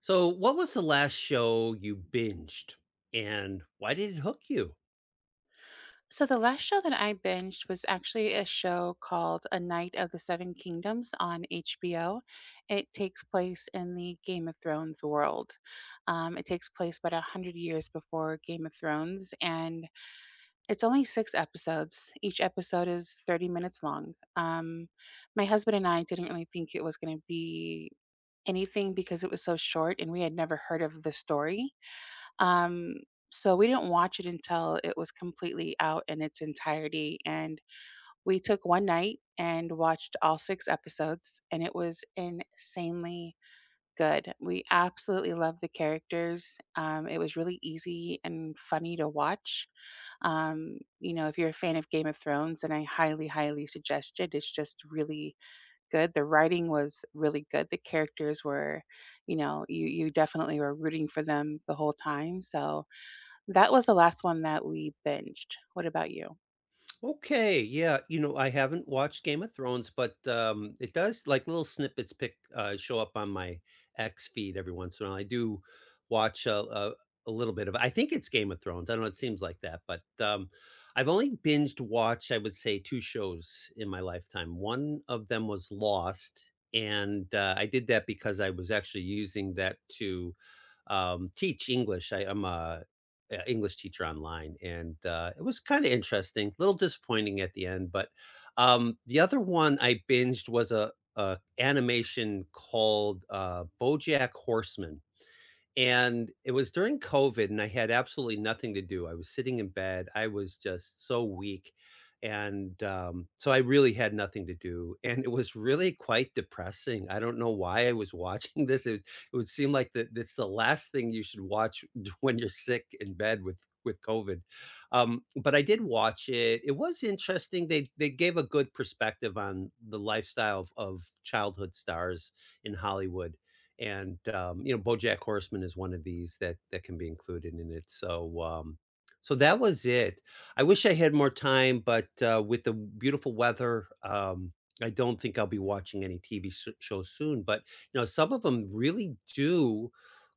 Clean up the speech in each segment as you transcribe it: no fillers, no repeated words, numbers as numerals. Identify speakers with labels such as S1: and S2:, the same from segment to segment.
S1: So, what was the last show you binged, and why did it hook you?
S2: So the last show that I binged was actually a show called A Knight of the Seven Kingdoms on HBO. It takes place in the Game of Thrones world. It takes place about 100 years before Game of Thrones, and it's only six episodes. Each episode is 30 minutes long. My husband and I didn't really think it was going to be anything because it was so short, and we had never heard of the story. Um, so we didn't watch it until it was completely out in its entirety, and we took 1 night and watched all 6 episodes, and it was insanely good. We absolutely loved the characters. It was really easy and funny to watch. You know, if you're a fan of Game of Thrones, then I highly, highly suggest it. It's just really good. The writing was really good. The characters were, you know, you definitely were rooting for them the whole time, so that was the last one that we binged. What about you?
S1: Okay, yeah, you know, I haven't watched Game of Thrones, but it does like little snippets pick show up on my X feed every once in a while. I do watch a little bit of. I think it's Game of Thrones. I don't know. It seems like that, but I've only binged watched, I would say, two shows in my lifetime. One of them was Lost, and I did that because I was actually using that to teach English. I'm a English teacher online, and it was kind of interesting. A little disappointing at the end, but the other one I binged was a animation called BoJack Horseman, and it was during COVID, and I had absolutely nothing to do. I was sitting in bed. I was just so weak. And so I really had nothing to do. And it was really quite depressing. I don't know why I was watching this. It would seem like that's the last thing you should watch when you're sick in bed with COVID. But I did watch it. It was interesting. They gave a good perspective on the lifestyle of childhood stars in Hollywood and, BoJack Horseman is one of these that can be included in it, so that was it. I wish I had more time, but, with the beautiful weather, I don't think I'll be watching any TV sh shows soon, but, you know, some of them really do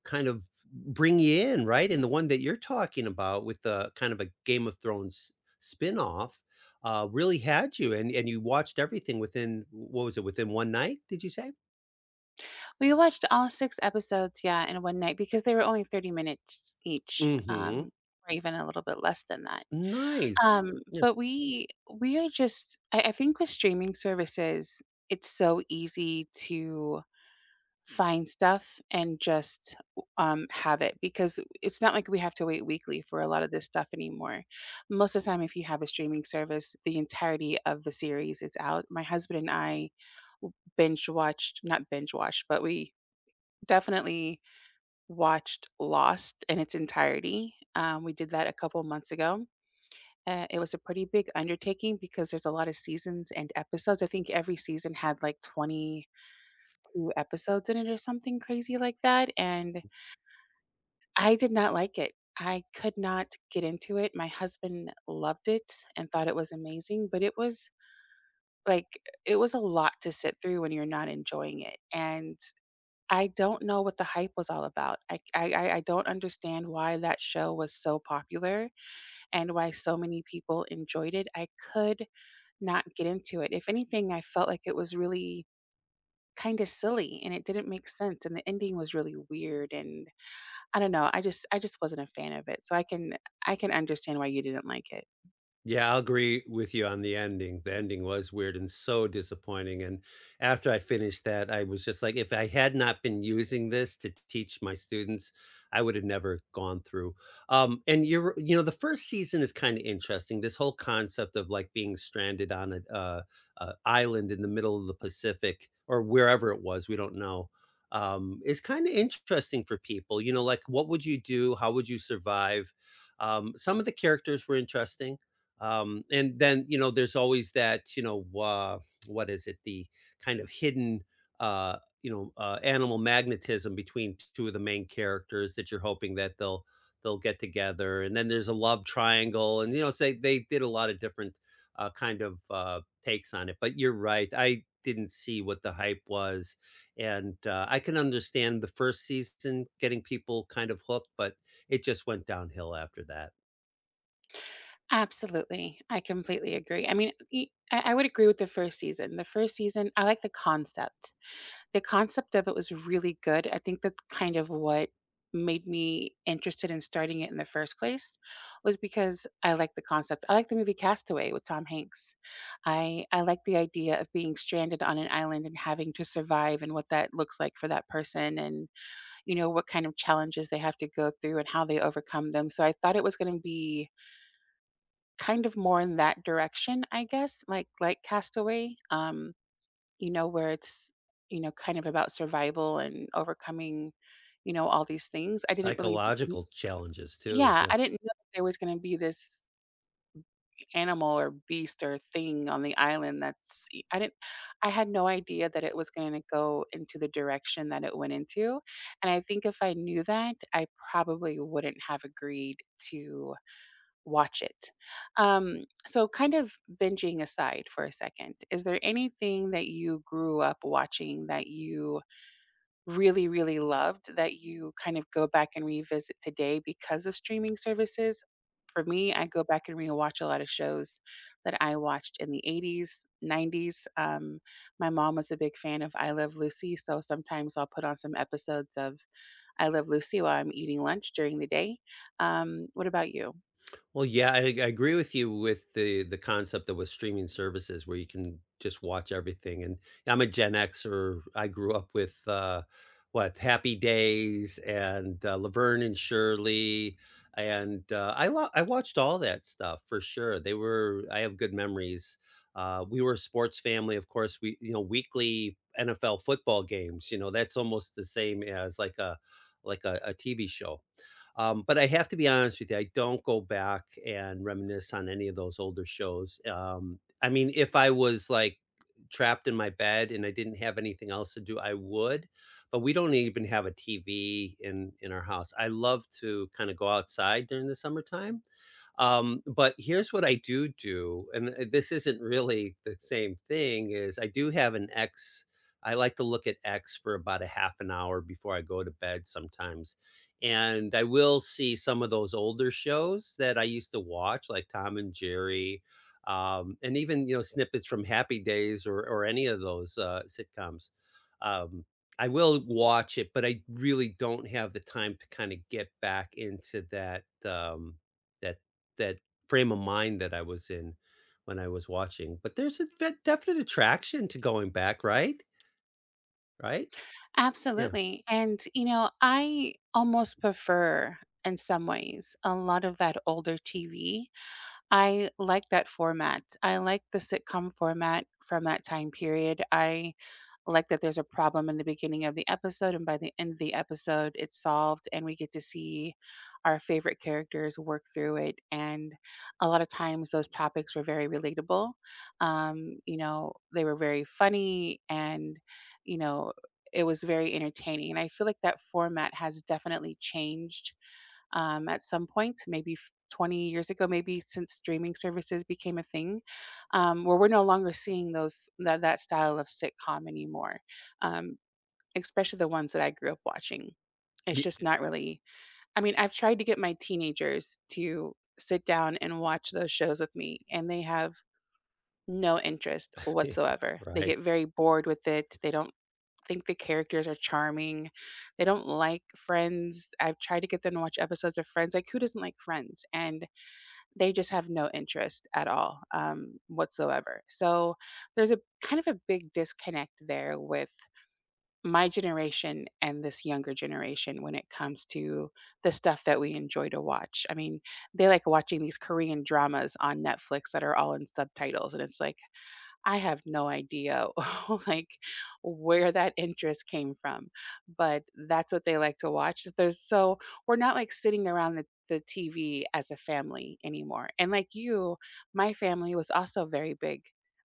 S1: kind of bring you in, right? And the one that you're talking about with the kind of a Game of Thrones spinoff, really had you, and you watched everything within what was it? Within one night, did you say?
S2: We watched all 6 episodes, yeah, in 1 night because they were only 30 minutes each,
S1: Mhm.
S2: or even a little bit less than that.
S1: Nice. Yeah.
S2: But we are just I think with streaming services, it's so easy to find stuff and just have it because it's not like we have to wait weekly for a lot of this stuff anymore. Most of the time, if you have a streaming service, the entirety of the series is out. My husband and I binge watched, not binge watched, but we definitely watched Lost in its entirety. We did that a couple months ago. It was a pretty big undertaking because there's a lot of seasons and episodes. I think every season had like 20 2 episodes in it or something crazy like that, and I did not like it. I could not get into it. My husband loved it and thought it was amazing, but it was, like it was a lot to sit through when you're not enjoying it, and I don't know what the hype was all about. I don't understand why that show was so popular and why so many people enjoyed it. I could not get into it. If anything, I felt like it was really kinda silly, and it didn't make sense, and the ending was really weird and I don't know, I just wasn't a fan of it, so I can understand why you didn't like it.
S1: Yeah, I'll agree with you on the ending. The ending was weird and so disappointing. And after I finished that, I was just like, if I had not been using this to teach my students, I would have never gone through. And you're, you know, the first season is kind of interesting. This whole concept of like being stranded on a, island in the middle of the Pacific or wherever it was, we don't know. Is kind of interesting for people. You know, like what would you do? How would you survive? Some of the characters were interesting and then, you know, there's always that, you know, what is it? The kind of hidden, you know, animal magnetism between two of the main characters that you're hoping that they'll get together. And then there's a love triangle, and you know, say they did a lot of different kind of takes on it. But you're right, I didn't see what the hype was, and I can understand the first season getting people kind of hooked, but it just went downhill after that.
S2: Absolutely, I completely agree. I mean, y I would agree with the first season. The first season, I like the concept. The concept of it was really good. I think that's kind of what made me interested in starting it in the first place, was because I like the concept. I like the movie Castaway with Tom Hanks. I like the idea of being stranded on an island and having to survive and what that looks like for that person and you know, what kind of challenges they have to go through and how they overcome them. So I thought it was going to be kind of more in that direction, I guess, like Castaway, you know, where it's, you know, kind of about survival and overcoming, you know, all these things. I didn't really
S1: Psychological challenges too,
S2: yeah,
S1: yeah.
S2: I didn't know that there was going to be this animal or beast or thing on the island that's I didn't I had no idea that it was gonna go into the direction that it went into, and I think if I knew that, I probably wouldn't have agreed to watch it. So kind of binging aside for a second, is there anything that you grew up watching that you really, really loved that you kind of go back and revisit today because of streaming services? For me, I go back and rewatch a lot of shows that I watched in the 80s, 90s. My mom was a big fan of I Love Lucy, so sometimes I'll put on some episodes of I Love Lucy while I'm eating lunch during the day. What about you?
S1: Well, yeah, I agree with you with the concept that with streaming services where you can just watch everything, and I'm a Gen Xer, I grew up with, what, Happy Days and, Laverne and Shirley, and, I watched all that stuff for sure, they were I have good memories. We were a sports family, of course, we you know, weekly NFL football games, you know, that's almost the same as like a TV show. But I have to be honest with you, I don't go back and reminisce on any of those older shows. I mean, if I was like trapped in my bed and I didn't have anything else to do, I would. But we don't even have a TV in our house. I love to kind of go outside during the summertime but here's what I do do, and this isn't really the same thing, is I do have an X. I like to look at X for about a half an hour before I go to bed sometimes. And I will see some of those older shows that I used to watch, like Tom and Jerry, and even, you know, snippets from Happy Days or any of those sitcoms. Um, I will watch it, but I really don't have the time to kind of get back into that um, that that frame of mind that I was in when I was watching. But there's a ve definite attraction to going back, right? Right? Yeah.
S2: Absolutely. And, you know, I almost prefer, in some ways, a lot of that older TV I like that format. I like the sitcom format from that time period. I like that there's a problem in the beginning of the episode, and by the end of the episode, it's solved, and we get to see our favorite characters work through it. And a lot of times, those topics were very relatable. You know, they were very funny, and, you know, it was very entertaining. And I feel like that format has definitely changed at some point, maybe 20 years ago, maybe since streaming services became a thing, where we're no longer seeing those that style of sitcom anymore, um, especially the ones that I grew up watching. It's
S1: Ye
S2: just not really. I mean, I've tried to get my teenagers to sit down and watch those shows with me, and they have no interest whatsoever. They
S1: Right.
S2: get very bored with it. They don't think the characters are charming. They don't like Friends. I've tried to get them to watch episodes of Friends. Like, who doesn't like Friends? And they just have no interest at all, whatsoever. So there's a kind of a big disconnect there with my generation and this younger generation when it comes to the stuff that we enjoy to watch. I mean, they like watching these Korean dramas on Netflix that are all in subtitles. And it's like, I have no idea like where that interest came from, but that's what they like to watch. There's so we're not like sitting around the TV as a family anymore. And like you, my family was also very big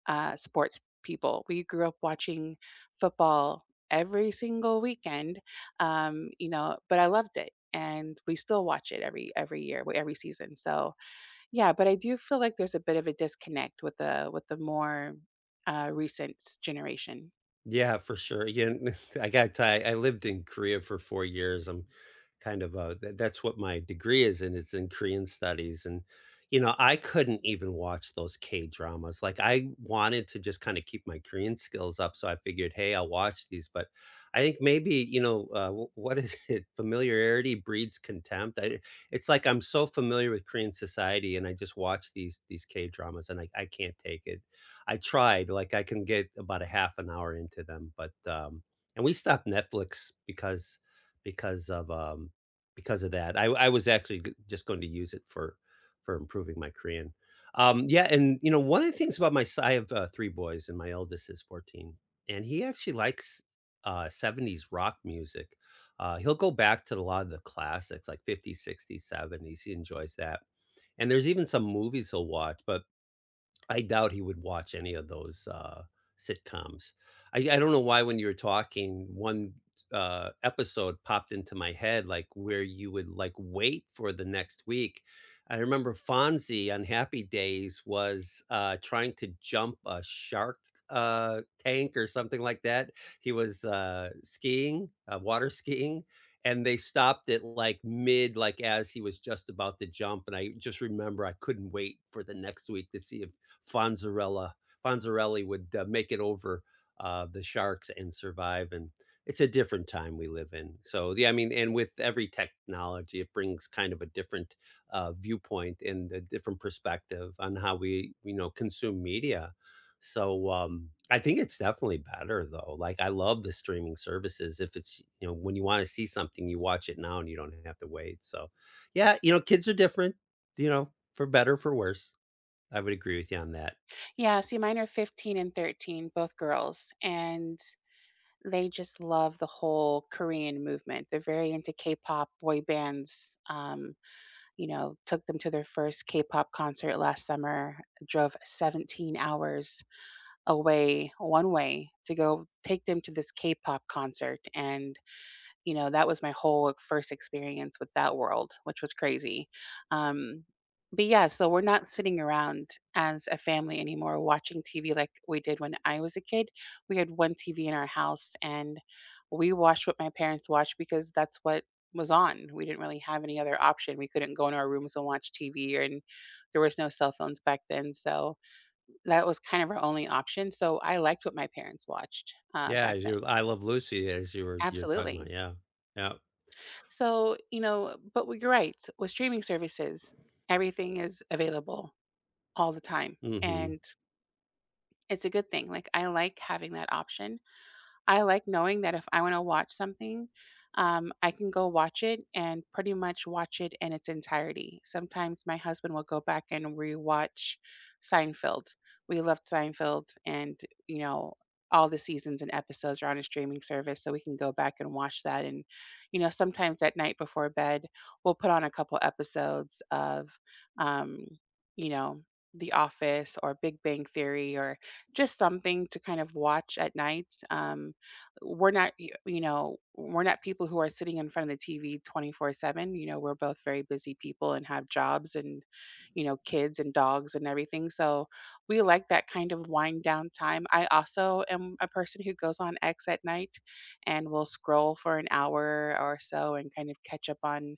S2: sports people. We grew up watching football every single weekend, you know, but I loved it. And we still watch it every year, every season. So yeah, but I do feel like there's a bit of a disconnect with the more recent generation.
S1: Yeah, for sure. Yeah, I got ti I lived in Korea for 4 years. I'm kind of a tha That's what my degree is in, it's in Korean studies, and, you know, I couldn't even watch those K-dramas. Like, I wanted to just kinda keep my Korean skills up, so I figured, "Hey, I'll watch these," but I think maybe, you know, w what is it? Familiarity breeds contempt. I it's like I'm so familiar with Korean society, and I just watch these K-dramas, and I can't take it. I tried, like, I can get about a half an hour into them, but, and we stopped Netflix because of, because of that. I was actually g just going to use it for improving my Korean. Yeah, and, you know, one of the things about my s I have, 3 boys, and my eldest is 14, and he actually likes, 70s rock music. He'll go back to a lot of the classics, like 50s, 60s, 70s, he enjoys that. And there's even some movies he'll watch, but I doubt he would watch any of those, sitcoms. I don't know why when you were talking, one, episode popped into my head, like, where you would, like, wait for the next week. I remember Fonzie on Happy Days was, trying to jump a shark, tank or something like that. He was, water skiing, and they stopped it, like, mid, like, as he was just about to jump, and I just remember I couldn't wait for the next week to see if Fonzarella Fonzarelli would make it over the sharks and survive. And it's a different time we live in. So yeah, I mean, and with every technology, it brings kind of a different viewpoint and a different perspective on how we you know consume media. So I think it's definitely better though. Like I love the streaming services. If it's you know when you want to see something, you watch it now and you don't have to wait. So yeah, you know, kids are different. You know, for better for worse. I would agree with you on that.
S2: Yeah, see, mine are 15 and 13, both girls, and they just love the whole Korean movement. They're very into K-pop boy bands. You know, took them to their first K-pop concert last summer. Drove 17 hours away one way to go take them to this K-pop concert, and you know, that was my whole first experience with that world, which was crazy. Um, but yeah, so we're not sitting around as a family anymore watching TV like we did when I was a kid. We had one TV in our house and we watched what my parents watched because that's what was on. We didn't really have any other option. We couldn't go into our rooms and watch TV and there was no cell phones back then. So that was kind of our only option. So I liked what my parents watched
S1: Yeah,
S2: back
S1: as
S2: then.
S1: you I Love Lucy, as you're talking
S2: Absolutely.
S1: about, yeah. Yeah.
S2: So, you know, but you're right. With streaming services, everything is available all the time.
S1: Mhm.
S2: And it's a good thing. Like, I like having that option I like knowing that if I wanna watch something, I can go watch it and pretty much watch it in its entirety. Sometimes my husband will go back and rewatch Seinfeld. We loved Seinfeld and, you know, all the seasons and episodes are on a streaming service, so we can go back and watch that, and, you know, sometimes at night before bed, we'll put on a couple episodes of, um, you know, The Office or Big Bang Theory or just something to kind of watch at night, we're not y you know, we're not people who are sitting in front of the TV 24/7, you know, we're both very busy people and have jobs and, you know, kids and dogs and everything, so we like that kind of wind down time. I also am a person who goes on X at night and will scroll for an hour or so and kind of catch up on,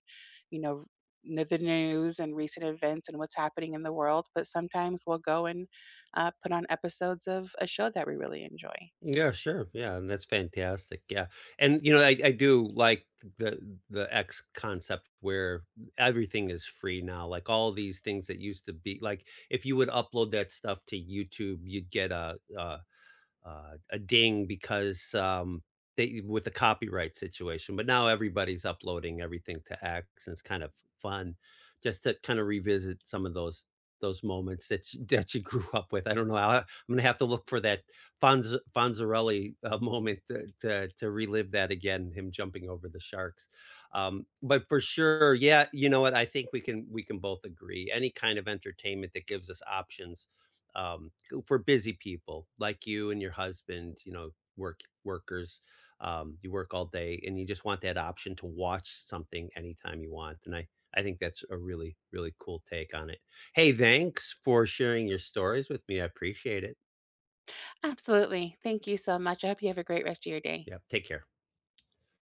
S2: you know, n the news and recent events and what's happening in the world, but sometimes we'll go and, put on episodes of a show that we really enjoy.
S1: Yeah, sure, yeah, and that's fantastic, yeah, and, you know, I do like the X concept where everything is free now, like, all these things that used to be like, if you would upload that stuff to YouTube, you'd get a ding because they with the copyright situation. But now everybody's uploading everything to X, and it's kind of fun just to kind of revisit some of those moments that you, that you grew up with. I don't know. I'm gonna have to look for that Fonzarelli moment to relive that again. Him jumping over the sharks, but for sure, yeah. You know what? I think we can both agree. Any kind of entertainment that gives us options. Um, for busy people like you and your husband, you know, workers, you work all day and you just want that option to watch something anytime you want. And I think that's a really really cool take on it. Hey, thanks for sharing your stories with me. I appreciate it.
S2: Absolutely. Thank you so much. I hope you have a great rest of your day.
S1: Yeah, Take care.